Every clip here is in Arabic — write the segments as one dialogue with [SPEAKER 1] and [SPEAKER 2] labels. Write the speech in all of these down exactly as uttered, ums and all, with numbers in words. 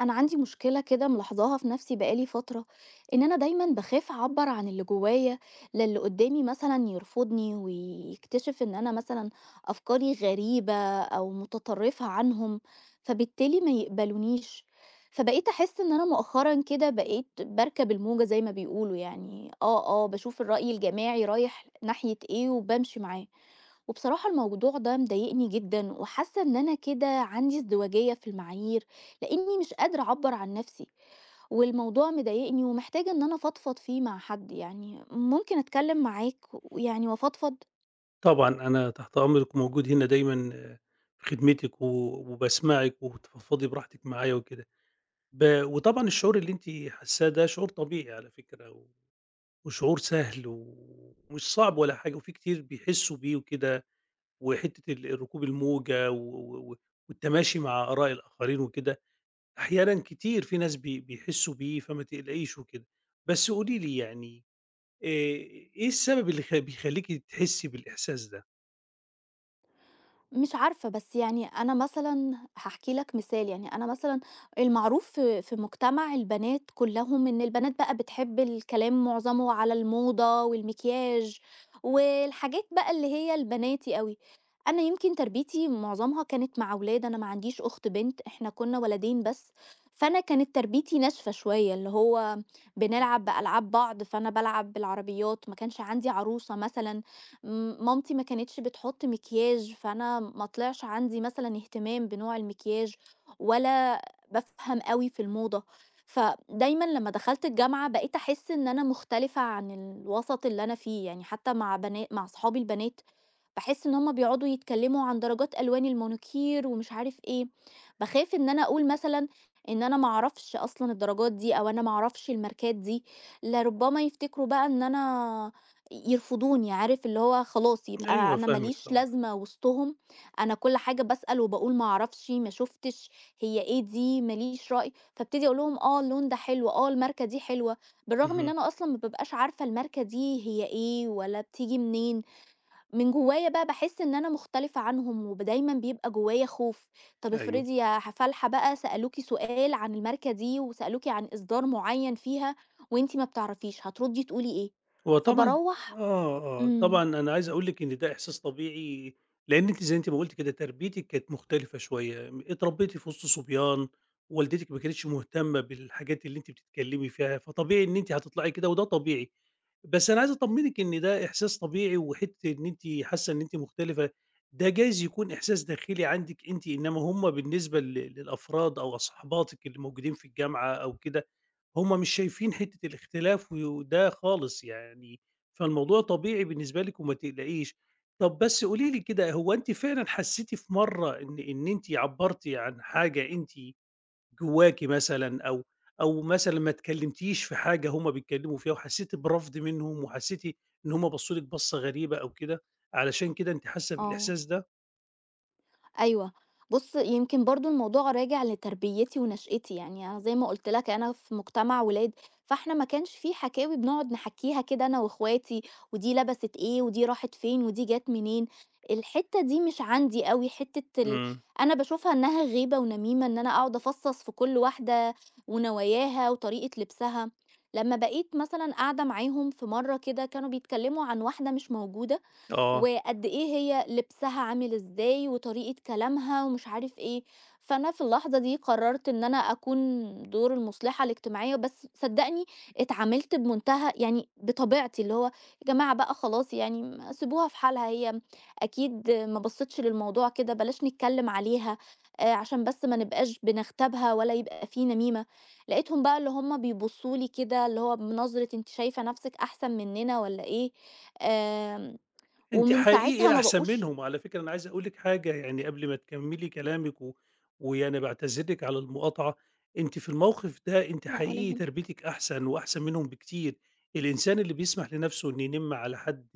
[SPEAKER 1] أنا عندي مشكلة كده ملاحظاها في نفسي بقالي فترة، إن أنا دايما بخاف أعبر عن اللي جوايا للي قدامي، مثلا يرفضني ويكتشف إن أنا مثلا أفكاري غريبة أو متطرفة عنهم، فبالتالي ما يقبلونيش. فبقيت أحس إن أنا مؤخرا كده بقيت بركب الموجة زي ما بيقولوا، يعني آه آه بشوف الرأي الجماعي رايح ناحية إيه وبمشي معاه. وبصراحة الموضوع ده مضايقني جدا وحاسة ان انا كده عندي ازدواجية في المعايير، لإني مش قادرة أعبّر عن نفسي، والموضوع مضايقني ومحتاجة إن أنا أفضفض فيه مع حد، يعني ممكن أتكلم معاك ويعني وأفضفض؟
[SPEAKER 2] طبعًا أنا تحت أمرِك وموجود هنا دايمًا آه، في خدمتِك و وباسمعِك وبتفضفضي براحتِك معايا وكده. ب وطبعًا الشعور اللي أنتِ حاسّاه ده شعور طبيعي على فكرة و وشعور سهل و- ومش صعب ولا حاجة وفي كتير بيحسّوا بيه وكده، وحتّة ال ركوب الموجة و و و- والتماشي مع آراء الآخرين وكده، أحيانًا كتير في ناس بي بيحسّوا بيه فما تقلقيش وكده. بس قولي لي يعني آآ إيه السبب اللي خ بيخلّيكِ تحسّي بالإحساس ده؟
[SPEAKER 1] مش عارفة، بس يعني أنا مثلًا هاحكي لك مثال، يعني أنا مثلًا المعروف في في مجتمع البنات كلّهم إن البنات بقى بتحب الكلام معظمه على الموضة والمكياج والحاجات بقى اللي هي البناتي أوي. أنا يمكن تربيتي معظمها كانت مع أولاد، أنا ما عنديش أخت بنت، إحنا كُنّا ولدين بس، فأنا كانت تربيتي ناشفة شوية، اللي هو بنلعب بألعاب بعض، فأنا بالعب بالعربيات، ما كانش عندي عروسة مثلًا. م- مامتي ما كانتش بتحط مكياج فانا ما طلعش عندي مثلا اهتمام بنوع المكياج ولا بفهم قوي في الموضة. فدايما لما دخلت الجامعة بقيت احس ان انا مختلفة عن الوسط اللي انا فيه، يعني حتى مع بنات، مع صحابي البنات باحس إن هُم بيقعدوا يتكلموا عن درجات ألوان المانيكير ومش عارف إيه، باخاف إن أنا أقول مثلًا إن أنا ما أعرفش أصلًا الدرجات دي، أو أنا ما أعرفش الماركات دي، لربما يفتكروا بقى إن أنا يرفضوني، عارف اللي هو خلاص يبقى
[SPEAKER 2] أيوه
[SPEAKER 1] أنا ما
[SPEAKER 2] فاهمِك
[SPEAKER 1] ليش
[SPEAKER 2] طبعًا.
[SPEAKER 1] لازمة وسطهم. أنا كل حاجة باسأل وباقول ما أعرفش، ما شُفتش، هي إيه دي، ما ليش رأي، فابتدي أقول لهم آه اللون ده حلو، آه الماركة دي حلوة، بالرغم إن
[SPEAKER 2] اهم،
[SPEAKER 1] أنا أصلًا ما بابقاش عارفة الماركة دي هي إيه، والّا بتيجي منين. من جوايا بقى باحس إن أنا مختلفة عنهم، وب دايمًا بيبقى جوايا خوف. طب
[SPEAKER 2] أيوه،
[SPEAKER 1] افرضي يا ح فالحة بقى سألوكِ سؤال عن الماركة دي، وسألوكِ عن إصدار معين فيها وأنتِ ما بتعرفيش، هتردي تقولي إيه؟
[SPEAKER 2] هو طبعًا
[SPEAKER 1] فباروّح.
[SPEAKER 2] آه، آه،
[SPEAKER 1] إمم.
[SPEAKER 2] طبعًا أنا عايز أقول لِك إن ده إحساس طبيعي، لأن أنتِ زي أنتِ ما قُلتِ كده تربيتِك كانت مختلفة شوية، م اتربيتِ في وسط صبيان، والدتِك ما كانتش مهتمة بالحاجات اللي أنتِ بتتكلمي فيها، فطبيعي إن أنتِ هتطلعي كده وده طبيعي، بس أنا عايز أطمنِك إن ده إحساس طبيعي، وحتة إن أنتِ حاسة إن أنتِ مختلفة، ده جايز يكون إحساس داخلي عندِك أنتِ، إنما هُم بالنسبة لل للأفراد أو صحباتِك اللي موجودين في الجامعة أو كده هم مش شايفين حتة الاختلاف وده خالص يعني، فالموضوع طبيعي بالنسبة لِك وما تقلقيش. طب بس قولي لي كده، هو أنتِ فعلًا حسّيتِ في مرّة إن إن أنتِ عبّرتِ عن حاجة أنتِ جواكِ مثلًا أو أو مثلًا ما اتكلّمتيش في حاجة هم بيتكلّموا فيها وحسّيتِ برفض منهم وحسّيتِ إن هم بصّوا لِك بصّة غريبة أو كده، علشان كده أنتِ حاسّة
[SPEAKER 1] آه.
[SPEAKER 2] بالإحساس ده؟
[SPEAKER 1] أيوه. بُص، يمكن برضه الموضوع راجع لتربيتي ونشأتي، يعني أنا زي ما قُلت لك أنا في مجتمع ولاد، فإحنا ما كانش في حكاوي بنقعد نحكّيها كده أنا وأخواتي، ودي لبست إيه، ودي راحت فين، ودي جات منين، الحتّة دي مش عندي أوي. حتّة ال
[SPEAKER 2] إمم،
[SPEAKER 1] أنا باشوفها إنها غيبة ونميمة إن أنا أقعد أفصّص في كل واحدة ونواياها وطريقة لبسها. لمّا بقيت مثلًا قاعدة معاهم في مرّة كده كانوا بيتكلّموا عن واحدة مش موجودة،
[SPEAKER 2] آه.
[SPEAKER 1] وقد إيه هي لبسها عامل إزاي وطريقة كلامها ومش عارف إيه، فأنا في اللحظة دي قررت إن أنا أكون دور المصلحة الاجتماعية، بس صدّقني اتعاملت بمنتهى يعني بطبيعتي، اللي هو يا جماعة بقى خلاص يعني م سيبوها في حالها، هي أكيد ما بصّتش للموضوع كده، بلاش نتكلّم عليها آآ عشان بس ما نبقاش بنغتابها ولا يبقى في نميمة. لقيتهم بقى اللي هم بيبصّوا لي كده اللي هو بنظرة أنتِ شايفة نَفْسِك أحسن مننا والّا إيه؟ آمم
[SPEAKER 2] أنتِ
[SPEAKER 1] ومن ساعتها
[SPEAKER 2] حقيقي
[SPEAKER 1] ما
[SPEAKER 2] أحسن
[SPEAKER 1] بقوش.
[SPEAKER 2] منهم، على فكرة أنا عايز أقول لِك حاجة يعني قبل ما تكمّلي كلامِك و ويعني باعتذر لِك على المقاطعة، أنتِ في الموقف ده أنتِ
[SPEAKER 1] لأ ولا
[SPEAKER 2] حقيقي
[SPEAKER 1] يهمك.
[SPEAKER 2] تربيتِك أحسن وأحسن منهم بكتير، الإنسان اللي بيسمح لنَفْسه إنه ينِم على حد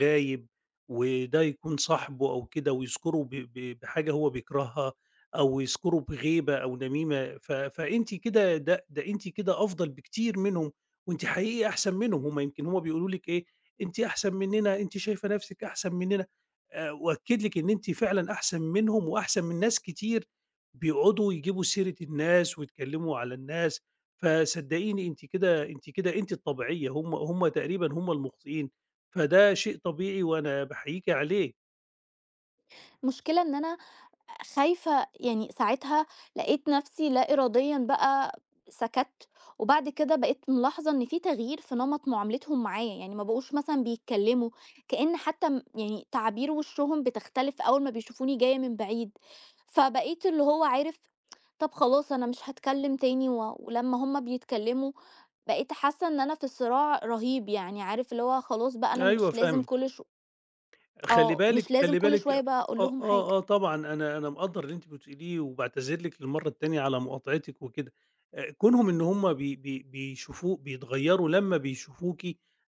[SPEAKER 2] غايب وده يكون صاحبه أو كده ويذكره ب ب بحاجة هو بيكرهها أو يذكره بغيبة أو نميمة، ف فأنتِ كده ده ده أنتِ كده أفضل بكتير منهم وأنتِ حقيقي أحسن منهم، هم يمكن هم بيقولوا لِك إيه، أنتِ أحسن مننا، أنتِ شايفة نفسِك أحسن مننا، آآ وأكد لِك إن أنتِ فعلًا أحسن منهم وأحسن من ناس كتير بيقعدوا يجيبوا سيرة الناس ويتكلموا على الناس، فصدقيني أنتِ كده أنتِ كده أنتِ الطبيعية، هم هم تقريبًا هم المخطئين، فده شيء طبيعي وأنا باحييكِ عليه.
[SPEAKER 1] المشكلة إن أنا خايفة، يعني ساعتها لقيت نفسي لا إراديًا بقى سكَتّ، وبعد كده بقيت ملاحظة إن في تغيير في نمط معاملتهم معايا، يعني ما بقوش مثلًا بيتكلموا، كأن حتى م يعني تعابير وشهم بتختلف أول ما بيشوفوني جاية من بعيد، فبقيت اللي هو عارف طب خلاص أنا مش هاتكلم تاني، و ولمّا هُم بيتكلموا بقيت حاسة إن أنا في صراع رهيب، يعني عارف اللي هو خلاص بقى أنا
[SPEAKER 2] أيوه
[SPEAKER 1] مش لازم
[SPEAKER 2] فاهمِك.
[SPEAKER 1] كل ش
[SPEAKER 2] خلّي
[SPEAKER 1] آه، مش
[SPEAKER 2] بالِك
[SPEAKER 1] لازم
[SPEAKER 2] خلّي
[SPEAKER 1] كل
[SPEAKER 2] بالِك
[SPEAKER 1] شوية بقى أقول
[SPEAKER 2] آه،
[SPEAKER 1] لهم حاجة.
[SPEAKER 2] آه، آه طبعًا أنا أنا مقدّر اللي أنتِ بتقوليه وباعتذر لِك للمرّة التانية على مقاطعتِك وكده، آآ كونهم إن هم بي بي بيشوفو بيتغيّروا لمّا بيشوفوكِ،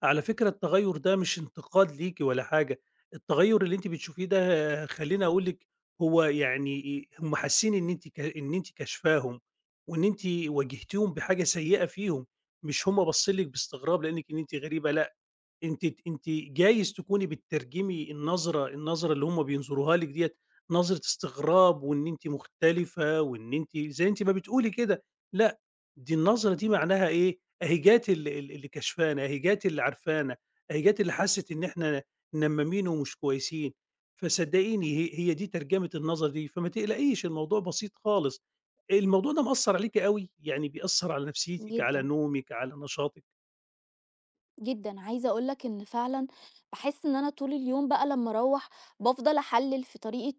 [SPEAKER 2] على فكرة التغيُّر ده مش انتقاد ليكِ ولا حاجة، التغيُّر اللي أنتِ بتشوفيه ده آه، خلّيني أقول لِك هو يعني إيه، هم حاسين إن أنتِ ك إن أنتِ كاشفاهم، وإن أنتِ واجهتيهم بحاجة سيئة فيهم، مش هم باصّين لِك باستغراب لإنِّك إن أنتِ غريبة لأ، أنتِ ت أنتِ جايز تكوني بتترجمي النظرة النظرة اللي هُم بينظروها لِك ديّة نظرة استغراب وإن أنتِ مختلفة وإن أنتِ زي أنتِ ما بتقولي كده، لأ، دي النظرة دي معناها إيه، أهي جات ال ال اللي كشفانا، أهي جات اللي عارفانا، أهي جات اللي حَسِّت إن إحنا نمّامين ومش كويسين، فصدّقيني هي هي دي ترجمة النظرة دي، فما تقلقيش الموضوع بسيط خالص. الموضوع ده مأثّر عليكِ أوي، يعني بيأثّر على نفسيتِك، على
[SPEAKER 1] جدًا،
[SPEAKER 2] نومِك، على نشاطِك؟
[SPEAKER 1] جدًا، عايزة أقول لك إن فعلًا باحس إن أنا طول اليوم بقى لمّا أروّح بافضل أحلِّل في طريقة،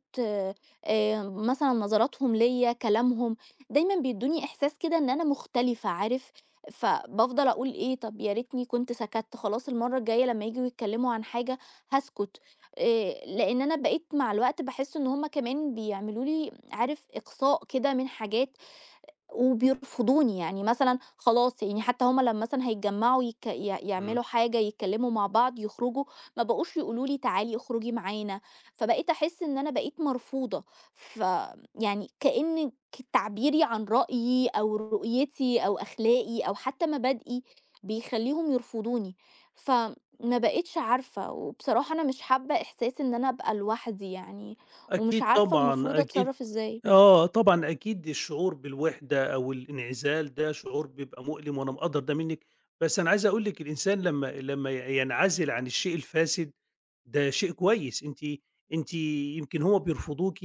[SPEAKER 1] آآ، مثلًا نظراتهم ليّا، كلامهم، دايمًا بيدّوني إحساس كده إن أنا مختلفة عارف، فبافضل أقول إيه، طَب يا ريتني كنت سكَتّ، خلاص المرّة الجاية لمّا ييجوا يتكلّموا عن حاجة هاسكت. آآ، لإن أنا بقيت مع الوقت باحس إن هُم كمان بيعملوا لي عارف إقصاء كده من حاجات وبيرفضوني، يعني مثلًا خلاص، يعني حتى هُم لمّا مثلًا هيتجمّعوا يك ي
[SPEAKER 2] إمم.
[SPEAKER 1] يعملوا حاجة، يتكلّموا مع بعض، يخرجوا، ما بقوش يقولوا لي تعالي اخرجي معانا، فبقيت أحس إن أنا بقيت مرفوضة. ف يعني كإن ك تعبيري عن رأيي أو رؤيتي أو أخلاقي أو حتى مبادئي بيخلّيهم يرفضوني، فما بقيتش عارفة، وبصراحة أنا مش حابة إحساس إن أنا أبقى لوحدي يعني، ومش
[SPEAKER 2] أكيد
[SPEAKER 1] عارفة المفروض
[SPEAKER 2] طبعًا، أكيد
[SPEAKER 1] أتصرّف إزاي.
[SPEAKER 2] آه، طبعًا أكيد الشعور بالوحدة أو الانعزال ده شعور بيبقى مؤلم وأنا مقدّر ده منِّك، بس أنا عايز أقول لِك الإنسان لمّا لمّا ي ينعزل عن الشيء الفاسد ده شيء كويس، أنتِ أنتِ يمكن هُم بيرفضوكِ،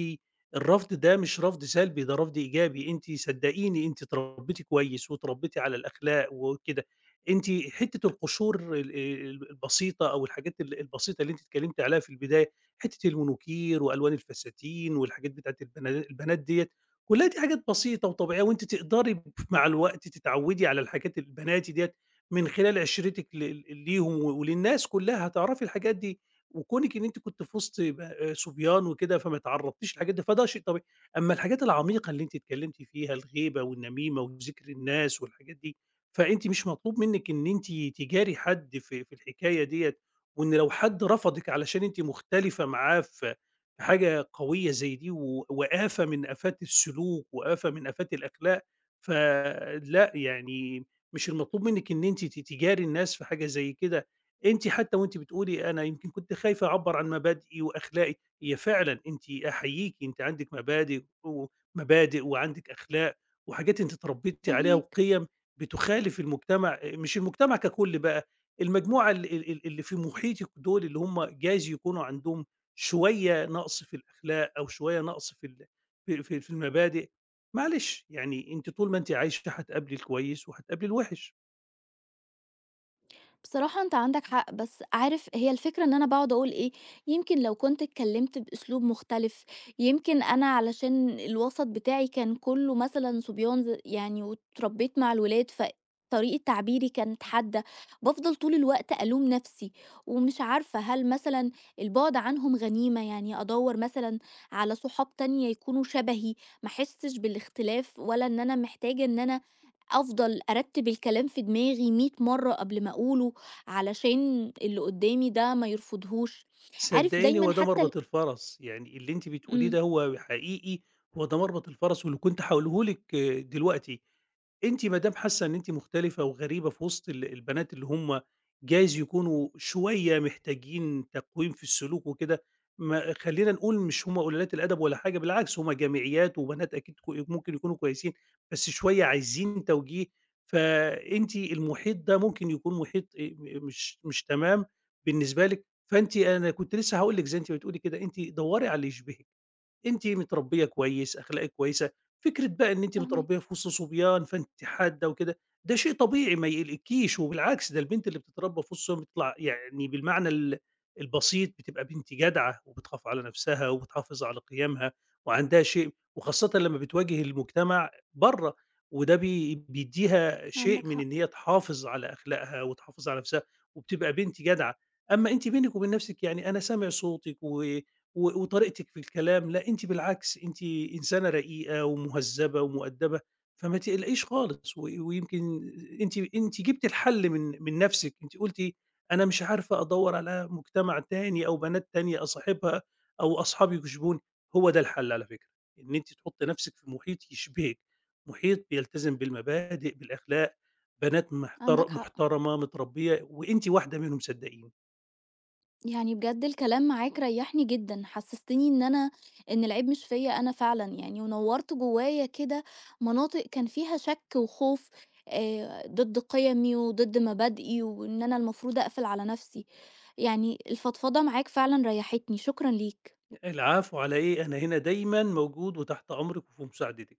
[SPEAKER 2] الرفض ده مش رفض سلبي ده رفض إيجابي، أنتِ صدقيني أنتِ اتربيتِ كويس واتربيتِ على الأخلاق وكده، أنتِ حتّة القشور ال ال البسيطة أو الحاجات ال البسيطة اللي أنتِ اتكلمتِ عليها في البداية حتة المونوكير وألوان الفساتين والحاجات بتاعة البنا البنات ديّة، كلّها دي حاجات بسيطة وطبيعية وأنتِ تقدري مع الوقت تتعوّدي على الحاجات البناتي ديّة من خلال عِشرتِك ل ل ليهم و وللناس كلّها، هتعرفي الحاجات دي، وكونِك إن أنتِ كنتِ في وسط ب آه، صبيان وكده فما تعرّضتيش للحاجات دي، فده شيء طبيعي. أمّا الحاجات العميقة اللي أنتِ اتكلّمتِ فيها، الغيبة والنميمة وذِكر الناس والحاجات دي، فأنتِ مش مطلوب منِّك إن أنتِ تجاري حد في في الحكاية ديّة، وإن لو حد رفضِك علشان أنتِ مختلفة معاه في في حاجة قوية زي دي و وآفة من آفات السلوك وآفة من آفات الأخلاق، فلأ، يعني مش المطلوب منِّك إن أنتِ ت تجاري الناس في حاجة زي كده. أنتِ حتى وأنتِ بتقولي أنا يمكن كنت خايفة أعبّر عن مبادئي وأخلاقي، هي فعلًا أنتِ أحييكِ، أنتِ عندِك مبادئ ومبادئ وعندِك أخلاق وحاجات أنتِ اتربيتِ عليها
[SPEAKER 1] فاهماك.
[SPEAKER 2] وقِيَم بتخالف المجتمع مش المجتمع ككل بقى، المجموعة ال ال ال اللي في محيطِك دول اللي هم جايز يكونوا عندهم شوية نقص في الأخلاق أو شوية نقص في ال في في في المبادئ، معلش، يعني أنتِ طول ما أنتِ عايشة هتقابلي الكويس وهتقابلي الوِحِش.
[SPEAKER 1] بصراحة أنت عندك حق، بس عارف هي الفكرة إن أنا باقعد أقول إيه، يمكن لو كنت اتكلمت بأسلوب مختلف، يمكن أنا علشان الوسط بتاعي كان كله مثلًا صبيان ز يعني واتربيت مع الولاد فطريقة تعبيري كانت حادة، بافضل طول الوقت ألوم نفسي، ومش عارفة هل مثلًا البعد عنهم غنيمة، يعني أدوّر مثلًا على صحاب تانية يكونوا شبهي، ما أحسش بالاختلاف، ولا إن أنا محتاجة إن أنا أفضل أرتّب الكلام في دماغي مئة مرّة قبل ما أقوله، علشان اللي قدّامي ده ما يرفضهوش. عارف
[SPEAKER 2] صدقيني
[SPEAKER 1] دايمًا
[SPEAKER 2] هو ده
[SPEAKER 1] حتى ال
[SPEAKER 2] مربط الفرس، يعني اللي أنتِ بتقوليه
[SPEAKER 1] إمم،
[SPEAKER 2] ده هو حقيقي، هو ده مربط الفرس واللي كنت هاقوله لِك آه، دلوقتي، أنتِ ما دام حاسة إن أنتِ مختلفة وغريبة في وسط ال البنات اللي هم جايز يكونوا شوية محتاجين تقويم في السلوك وكده، ما خلّينا نقول مش هم قلالات الأدب ولا حاجة، بالعكس هم جامعيات وبنات أكيد كو ممكن يكونوا كويسين، بس شوية عايزين توجيه، فأنتِ المحيط ده ممكن يكون محيط آآ، مش مش تمام بالنسبة لِك. فأنتِ أنا كنت لسه هاقول لِك زي أنتِ بتقولي كده، أنتِ دوّري على اللي يشبهِك. أنتِ متربية كويس، أخلاقِك كويسة، فكرة بقى إن أنتِ
[SPEAKER 1] فاهماك،
[SPEAKER 2] متربية في وسط صبيان فأنتِ حادة وكده، ده شيء طبيعي ما يقلقكيش، وبالعكس ده البنت اللي بتتربى في وسط صبيان بتطلع يعني بالمعنى ال البسيط بتبقى بنت جدعة، وبتخاف على نفسها وبتحافظ على قيمها، وعندها شيء وخاصةً لمّا بتواجه المجتمع برّه، وده بي بيدّيها شيء
[SPEAKER 1] عندك
[SPEAKER 2] من
[SPEAKER 1] حق،
[SPEAKER 2] إن هي تحافظ على أخلاقها وتحافظ على نفسها، وبتبقى بنت جدعة. أمّا أنتِ بينِك وبين نفسِك يعني أنا سامع صوتِك و و وطريقتِك في الكلام، لأ أنتِ بالعكس أنتِ إنسانة رقيقة ومهذبة ومؤدبة، فما تقلقيش خالص، و ويمكن أنتِ أنتِ جبتِ الحل من من نفسِك، أنتِ قُلتِ أنا مش عارفة أدوّر على مجتمع تاني أو بنات تانية أصاحبها أو أصحاب يشبهوني، هو ده الحل على فكرة، إن أنتِ تحُطّي نفسِك في محيط يشبهِك، محيط بيلتزم بالمبادئ، بالأخلاق، بنات
[SPEAKER 1] عندك
[SPEAKER 2] محتر
[SPEAKER 1] حق.
[SPEAKER 2] محترمة متربية وأنتِ واحدة منهم صدقيني.
[SPEAKER 1] يعني بجد الكلام معاك ريّحني جدًا، حسّستني إن أنا إن العيب مش فيّا أنا فعلًا يعني، ونوّرت جوّايا كده مناطق كان فيها شَك وخوف آآ ضد قِيَمي وضد مبادئي، وإن أنا المفروض أقفل على نَفْسي. يعني الفضفضة معاك فعلًا ريّحتني، شكرًا ليك.
[SPEAKER 2] العفو على إيه، أنا هنا دايمًا موجود وتحت أمرِك وفي مساعدتِك.